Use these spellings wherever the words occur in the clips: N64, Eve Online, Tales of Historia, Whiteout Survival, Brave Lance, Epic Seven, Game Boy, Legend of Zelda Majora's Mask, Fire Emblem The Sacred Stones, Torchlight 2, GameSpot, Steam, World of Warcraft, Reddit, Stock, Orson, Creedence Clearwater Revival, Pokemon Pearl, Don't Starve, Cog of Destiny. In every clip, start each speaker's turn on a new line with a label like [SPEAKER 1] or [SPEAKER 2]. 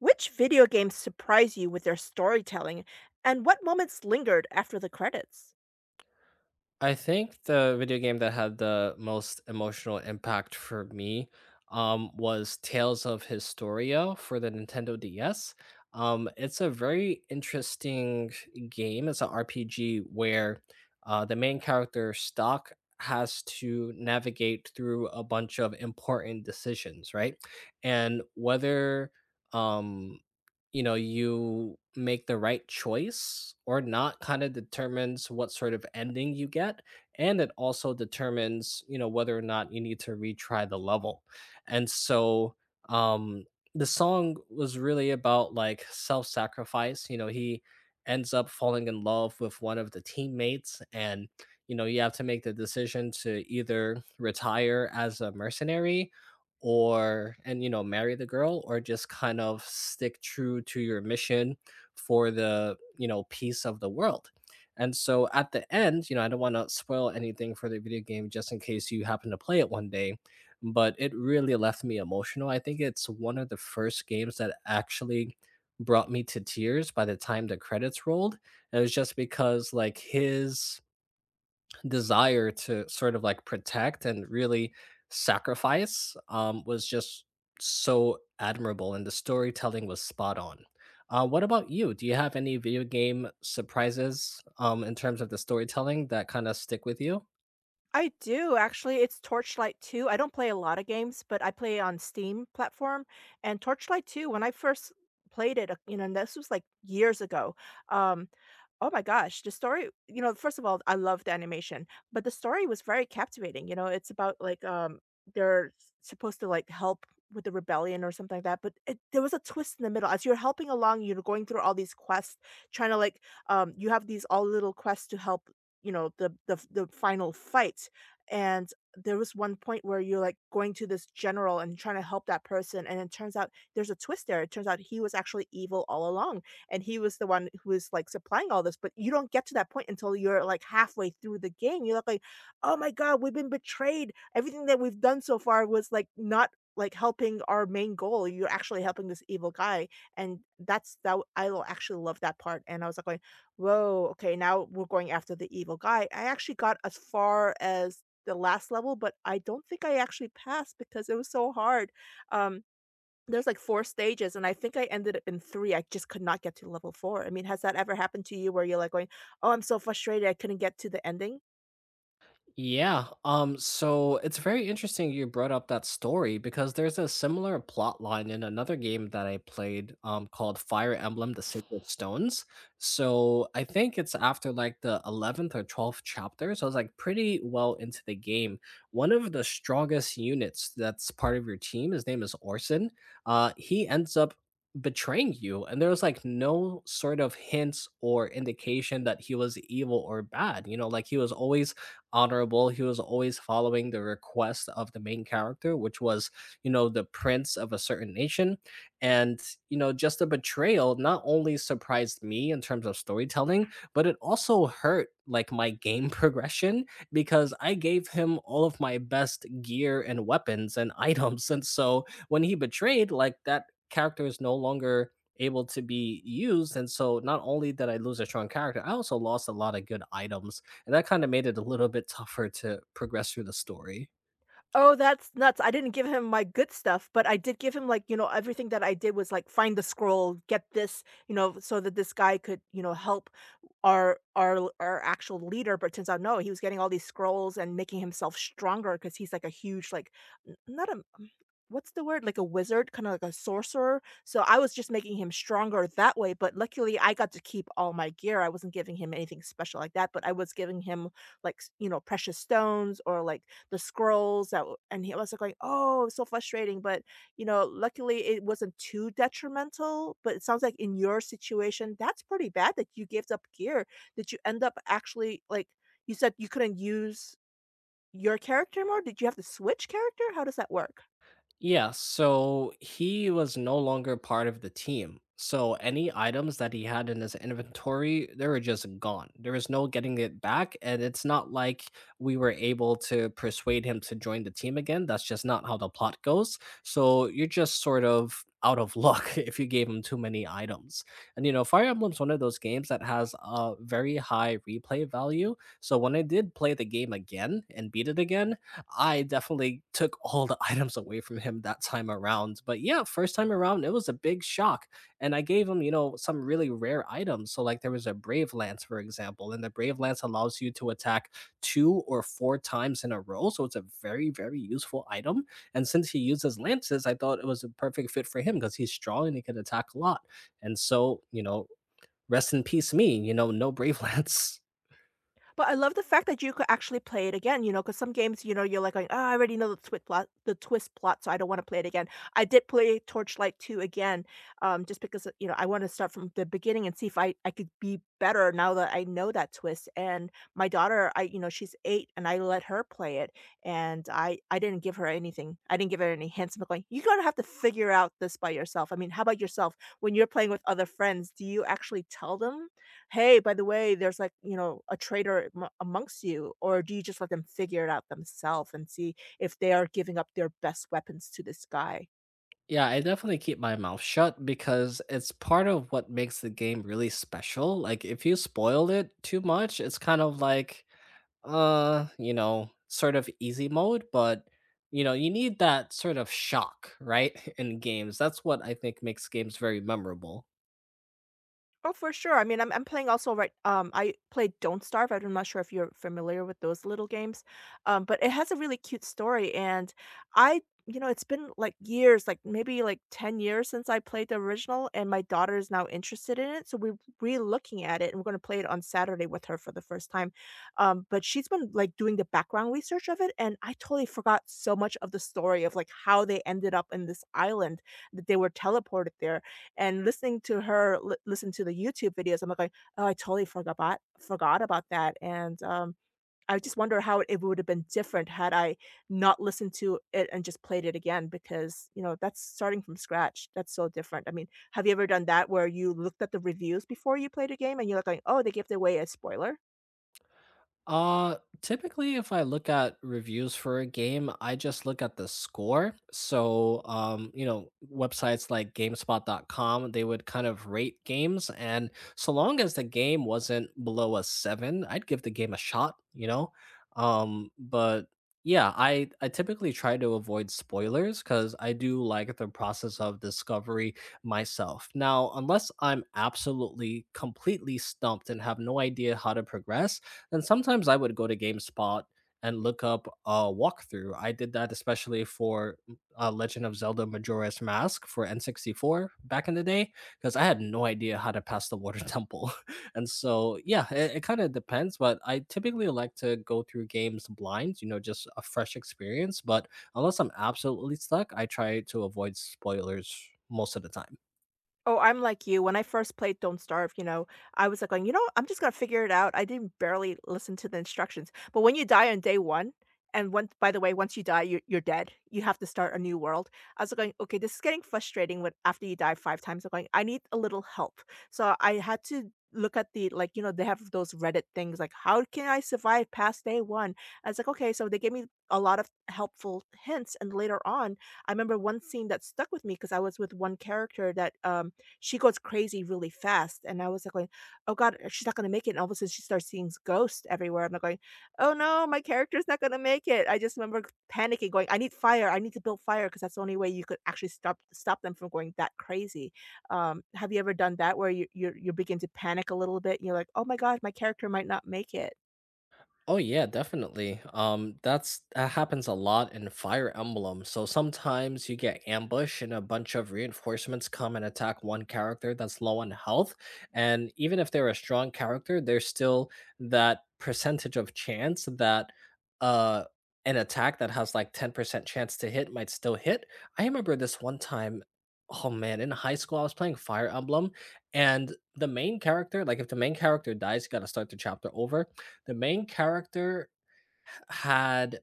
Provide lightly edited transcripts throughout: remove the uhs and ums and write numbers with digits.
[SPEAKER 1] Which video games surprise you with their storytelling, and what moments lingered after the credits?
[SPEAKER 2] I think the video game that had the most emotional impact for me was Tales of Historia for the Nintendo DS. It's a very interesting game. It's an RPG where the main character, Stock, has to navigate through a bunch of important decisions, right? And whether um you make the right choice or not kind of determines what sort of ending you get, and it also determines whether or not you need to retry the level. And so um the song was really about like self-sacrifice. He ends up falling in love with one of the teammates, and you have to make the decision to either retire as a mercenary or and marry the girl, or just kind of stick true to your mission for the peace of the world. And so at the end, I don't want to spoil anything for the video game just in case you happen to play it one day, but it really left me emotional. I think it's one of the first games that actually brought me to tears by the time the credits rolled. And it was just because like his desire to sort of like protect and really sacrifice was just so admirable, and the storytelling was spot on. What about you? Do you have any video game surprises in terms of the storytelling that kind of stick with you?
[SPEAKER 1] I do actually. It's Torchlight 2. I don't play a lot of games, but I play on Steam platform. And Torchlight 2, when I first played it, and this was like years ago. Um, oh my gosh, the story, you know, first of all, I loved the animation, but the story was very captivating. You know, it's about like supposed to like help with the rebellion or something like that. But there was a twist in the middle. As you're helping along, you're going through all these quests, trying to like you have these all little quests to help you know, the final fight, and there was one point where you're, like, going to this general and trying to help that person, and it turns out there's a twist there. It turns out he was actually evil all along, and he was the one who was, like, supplying all this, but you don't get to that point until you're, like, halfway through the game. You're like, "Oh my god, we've been betrayed, everything that we've done so far was, like, not, like, helping our main goal, you're actually helping this evil guy," and that's that I w I l actually love that part, and I was like whoa, okay, now we're going after the evil guy. I actually got as far as the last level, but I don't think I actually passed because it was so hard. Um, there's like four stages, and I think I ended up in three. I just could not get to level four. I mean, has that ever happened to you where you're like going, oh, I'm so frustrated, I couldn't get to the ending?
[SPEAKER 2] Yeah. So it's very interesting you brought up that story because there's a similar plot line in another game that I played called Fire Emblem The Sacred Stones. So I think it's after like the 11th or 12th chapter. So it's like pretty well into the game. One of the strongest units that's part of your team, his name is Orson. He ends up betraying you, and there was like no sort of hints or indication that he was evil or bad. Like he was always honorable. He was always following the request of the main character, which was, the prince of a certain nation. And, just the betrayal not only surprised me in terms of storytelling, but it also hurt like my game progression because I gave him all of my best gear and weapons and items. And so when he betrayed, like that character is no longer able to be used. And so not only did I lose a strong character, I also lost a lot of good items, and that kind of made it a little bit tougher to progress through the story.
[SPEAKER 1] Oh, that's nuts. I didn't give him my good stuff, but I did give him like, you know, everything that I did was like find the scroll, get this, you know, so that this guy could, you know, help our actual leader, but turns out, no, he was getting all these scrolls and making himself stronger because he's like a huge, like, n not a what's the word? Like a wizard, kinda like a sorcerer, so I was just making him stronger that way, but luckily I got to keep all my gear. I wasn't giving him anything special like that, but I was giving him, like, s you know, precious stones or, like, the scrolls that w and he was like going, "Oh, it's so frustrating," but you know, luckily it wasn't too detrimental. But it sounds like in your situation, that's pretty bad that you gave up gear. Did you end up actually like you said you couldn't use your character more? Did you have to switch character? How does that work?
[SPEAKER 2] Yeah, so he was no longer part of the team. So any items that he had in his inventory, they were just gone. There was no getting it back. And it's not like we were able to persuade him to join the team again. That's just not how the plot goes. So you're just sort of out of luck if you gave him too many items. And Fire Emblem's one of those games that has a very high replay value. So when I did play the game again and beat it again, I definitely took all the items away from him that time around. But yeah, first time around, it was a big shock. And I gave him, some really rare items. So, like, there was a Brave Lance, for example, and the Brave Lance allows you to attack two or four times in a row. So, it's a very, very useful item. And since he uses lances, I thought it was a perfect fit for him because he's strong and he can attack a lot. And so, rest in peace, me, no Brave Lance.
[SPEAKER 1] But I love the fact that you could actually play it again, you know, because some games, you know, you're like going, "Oh, I already know the twist plot, so I don't wanna play it again." I did play Torchlight 2 again, just because, you know, I wanna start from the beginning and see if I could be better now that I know that twist. And my daughter, I you know, she's 8, and I let her play it, and I didn't give her anything. I didn't give her any hints. I'm going, "You're gonna have to figure out this by yourself." I mean, how about yourself? When you're playing with other friends, do you actually tell them, "Hey, by the way, there's like, you know, a traitor amongst you," or do you just let them figure it out themselves and see if they are giving up their best weapons to this guy?
[SPEAKER 2] Yeah, I definitely keep my mouth shut because it's part of what makes the game really special. Like if you spoil it too much, it's kind of like sort of easy mode, but you need that sort of shock, right? In games. That's what I think makes games very memorable.
[SPEAKER 1] Oh, for sure. I mean, I'm playing also right. I played Don't Starve. I'm not sure if you're familiar with those little games, but it has a really cute story. And I, you know, it's been like years, like maybe like 10 years since I played the original, and my daughter is now interested in it. So we're re-looking at it, and we're going to play it on Saturday with her for the first time. But she's been like doing the background research of it, and I totally forgot so much of the story of like how they ended up in this island, that they were teleported there. And listen to the YouTube videos, I'm like going, "Oh, I totally forgot about that." And, I just wonder how it would have been different had I not listened to it and just played it again because, you know, that's starting from scratch. That's so different. I mean, have you ever done that where you looked at the reviews before you played a game and you're like going, "Oh, they gave away a spoiler?"
[SPEAKER 2] Typically, if I look at reviews for a game, I just look at the score. So websites like GameSpot.com, they would kind of rate games, and so long as the game wasn't below a seven, I'd give the game a shot. But yeah, I typically try to avoid spoilers because I do like the process of discovery myself. Now, unless I'm absolutely completely stumped and have no idea how to progress. And sometimes I would go to GameSpot and look up a walkthrough. I did that especially for Legend of Zelda Majora's Mask for N64 back in the day because I had no idea how to pass the Water Temple. Yeah, it kind of depends, but I typically like to go through games blind, just a fresh experience. But unless I'm absolutely stuck, I try to avoid spoilers most of the time.
[SPEAKER 1] Oh, I'm like you. When I first played Don't Starve, you know, I was like going, you know, what? I'm just gonna figure it out. I didn't barely listen to the instructions. But when you die on day one, and once by the way, once you die, you're dead. You have to start a new world. I was like, going, okay, this is getting frustrating when after you die five times. I'm going, I need a little help. So I had to look at the like, you know, they have those Reddit things like how can I survive past day one? I was like, okay, so they gave me a lot of helpful hints. And later on, I remember one scene that stuck with me because I was with one character that she goes crazy really fast. And I was like going, oh God, she's not going to make it. And all of a sudden she starts seeing ghosts everywhere. I'm like going, oh no, my character's not going to make it. I just remember panicking going, I need fire. I need to build fire because that's the only way you could actually stop them from going that crazy. Have you ever done that where you begin to panic a little bit? And you're like, oh my God, my character might not make it.
[SPEAKER 2] Oh yeah, definitely. That happens a lot in Fire Emblem. So sometimes you get ambush and a bunch of reinforcements come and attack one character that's low on health, and even if they're a strong character, there's still that percentage of chance that uh an attack that has like 10% chance to hit might still hit. I remember this one time, oh man, in high school I was playing Fire Emblem, and the main character, like if the main character dies, you got to start the chapter over. The main character had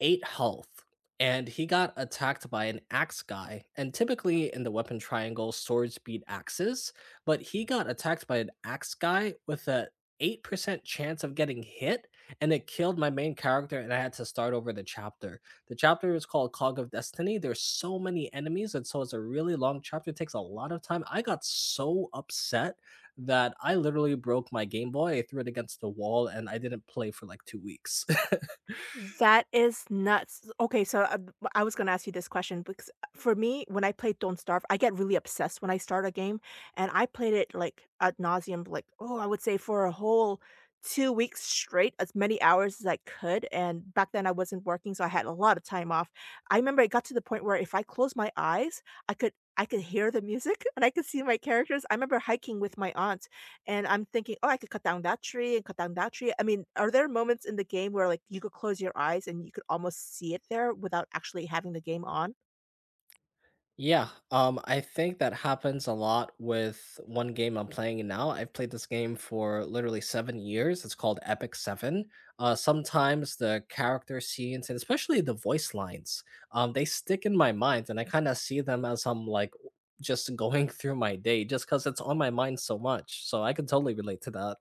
[SPEAKER 2] eight health, and he got attacked by an axe guy. And typically in the weapon triangle, swords beat axes, but he got attacked by an axe guy with a 8% chance of getting hit, and it killed my main character, and I had to start over the chapter. The chapter is called Cog of Destiny. There's so many enemies, and so it's a really long chapter. It takes a lot of time. I got so upset that I literally broke my Game Boy. I threw it against the wall, and I didn't play for like two weeks.
[SPEAKER 1] That is nuts. Okay, so I was gonna ask you this question because for me, when I play Don't Starve, I get really obsessed when I start a game, and I played it like ad nauseum, like oh, I would say for a whole 2 weeks straight, as many hours as I could. And back then, I wasn't working, so I had a lot of time off. I remember it got to the point where if I closed my eyes, I could hear the music and I could see my characters. I remember hiking with my aunt and I'm thinking, "Oh, I could cut down that tree and cut down that tree." I mean, are there moments in the game where, like, you could close your eyes and you could almost see it there without actually having the game on?
[SPEAKER 2] Yeah, I think that happens a lot with one game I'm playing now. I've played this game for literally 7 years. It's called Epic Seven. Sometimes the character scenes and especially the voice lines, they stick in my mind, and I kind of see them as I'm like just going through my day, just because it's on my mind so much. So I can totally relate to that.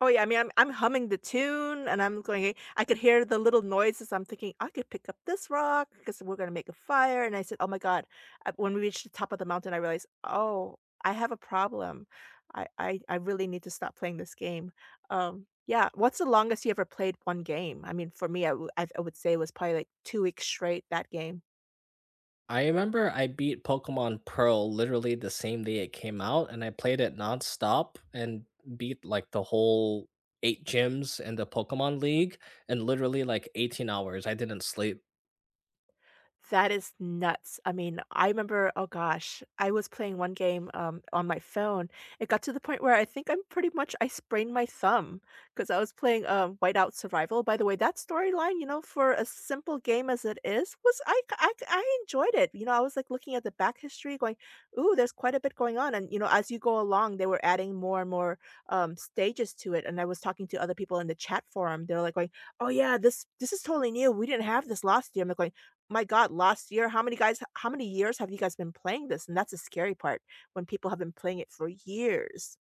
[SPEAKER 1] Oh, yeah, I mean, I'm humming the tune and I'm going I could hear the little noises. I'm thinking, "I could pick up this rock because we 'cause we're gonna make a fire," and I said, "Oh my god." When we reached the top of the mountain, I realized, "Oh, I have a problem. I really need to stop playing this game." Yeah, what's the longest you ever played one game? I mean, for me, I w- I would say it was probably, like, 2 weeks straight, that game.
[SPEAKER 2] I remember I beat Pokemon Pearl literally the same day it came out, and I played it nonstop and beat like the whole eight gyms in the Pokemon League in literally like 18 hours. I didn't sleep.
[SPEAKER 1] That is nuts. I mean, I remember, oh gosh, I was playing one game on my phone. It got to the point where I think I'm pretty much I sprained my thumb because I was playing Whiteout Survival. By the way, that storyline, you know, for a simple game as it is, was I enjoyed it. You know, I was like looking at the back history, going, "Ooh, there's quite a bit going on." And you know, as you go along, they were adding more and more stages to it. And I was talking to other people in the chat forum. They're like, going, "Oh yeah, this is totally new. We didn't have this last year." I'm like going. My god, last year, how many years have you guys been playing this? And that's the scary part, when people have been playing it for years.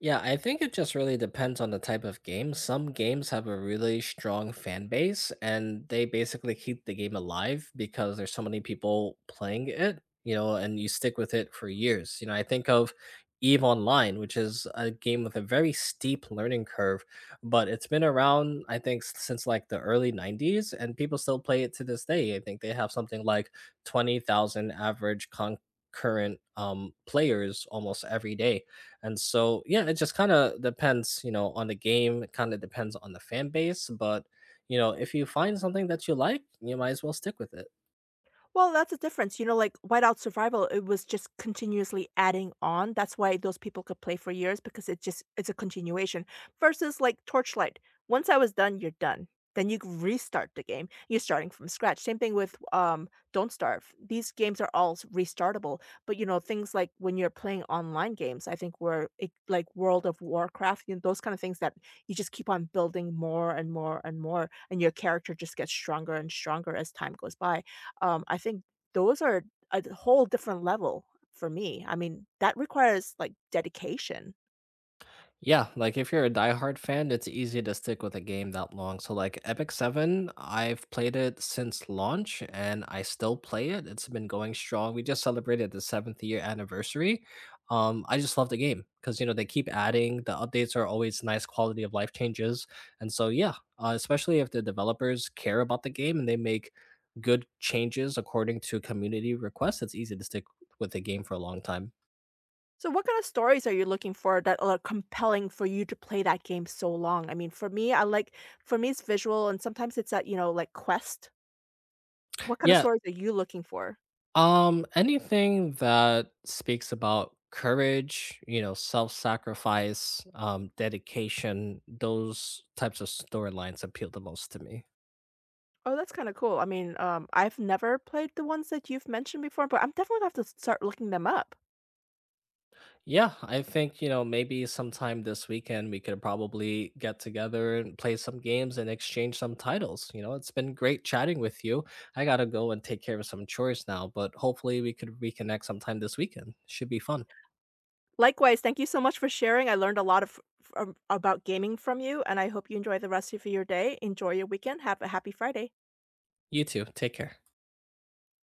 [SPEAKER 2] Yeah, I think it just really depends on the type of game. Some games have a really strong fan base and they basically keep the game alive because there's so many people playing it, and you stick with it for years. I think of Eve Online, which is a game with a very steep learning curve, but it's been around, I think, since like the early 90s, and people still play it to this day. I think they have something like 20,000 average concurrent players almost every day. Yeah, it just kind of depends, on the game. It kind of depends on the fan base. But, if you find something that you like, you might as well stick with it.
[SPEAKER 1] Well, that's the difference. You know, like Whiteout Survival, it was just continuously adding on. That's why those people could play for years because it's a continuation. Versus like Torchlight, once I was done, you're done. Then you restart the game. You're starting from scratch. Same thing with Don't Starve. These games are all restartable. But you know, things like when you're playing online games, I think where like World of Warcraft, you know, those kind of things that you just keep on building more and more and more, and your character just gets stronger and stronger as time goes by, I think those are a d whole different level for me. I mean, that requires, like, dedication.
[SPEAKER 2] Yeah, like if you're a diehard fan, it's easy to stick with a game that long. So like Epic 7, I've played it since launch and I still play it. It's been going strong. We just celebrated the 7th year anniversary. I just love the game because they keep adding, the updates are always nice quality of life changes. And so yeah, especially if the developers care about the game and they make good changes according to community requests, it's easy to stick with the game for a long time.
[SPEAKER 1] So what kind of stories are you looking for that are compelling for you to play that game so long? I mean, for me, I like for me, it's visual and sometimes it's that you know, like, quest. What kind of
[SPEAKER 2] Yeah,
[SPEAKER 1] stories are you looking for?
[SPEAKER 2] Anything that speaks about courage, self-sacrifice, dedication, those types of storylines appeal the most to me.
[SPEAKER 1] Oh, that's kinda cool. I mean, I've never played the ones that you've mentioned before, but I'm definitely gonna have to start looking them up.
[SPEAKER 2] Yeah, I think, maybe sometime this weekend we could probably get together and play some games and exchange some titles. You know, it's been great chatting with you. I gotta go and take care of some chores now, but hopefully we could reconnect sometime this weekend. Should be fun.
[SPEAKER 1] Likewise, thank you so much for sharing. I learned a lot of from about gaming from you, and I hope you enjoy the rest of your day. Enjoy your weekend. Have a happy Friday.
[SPEAKER 2] You too. Take care.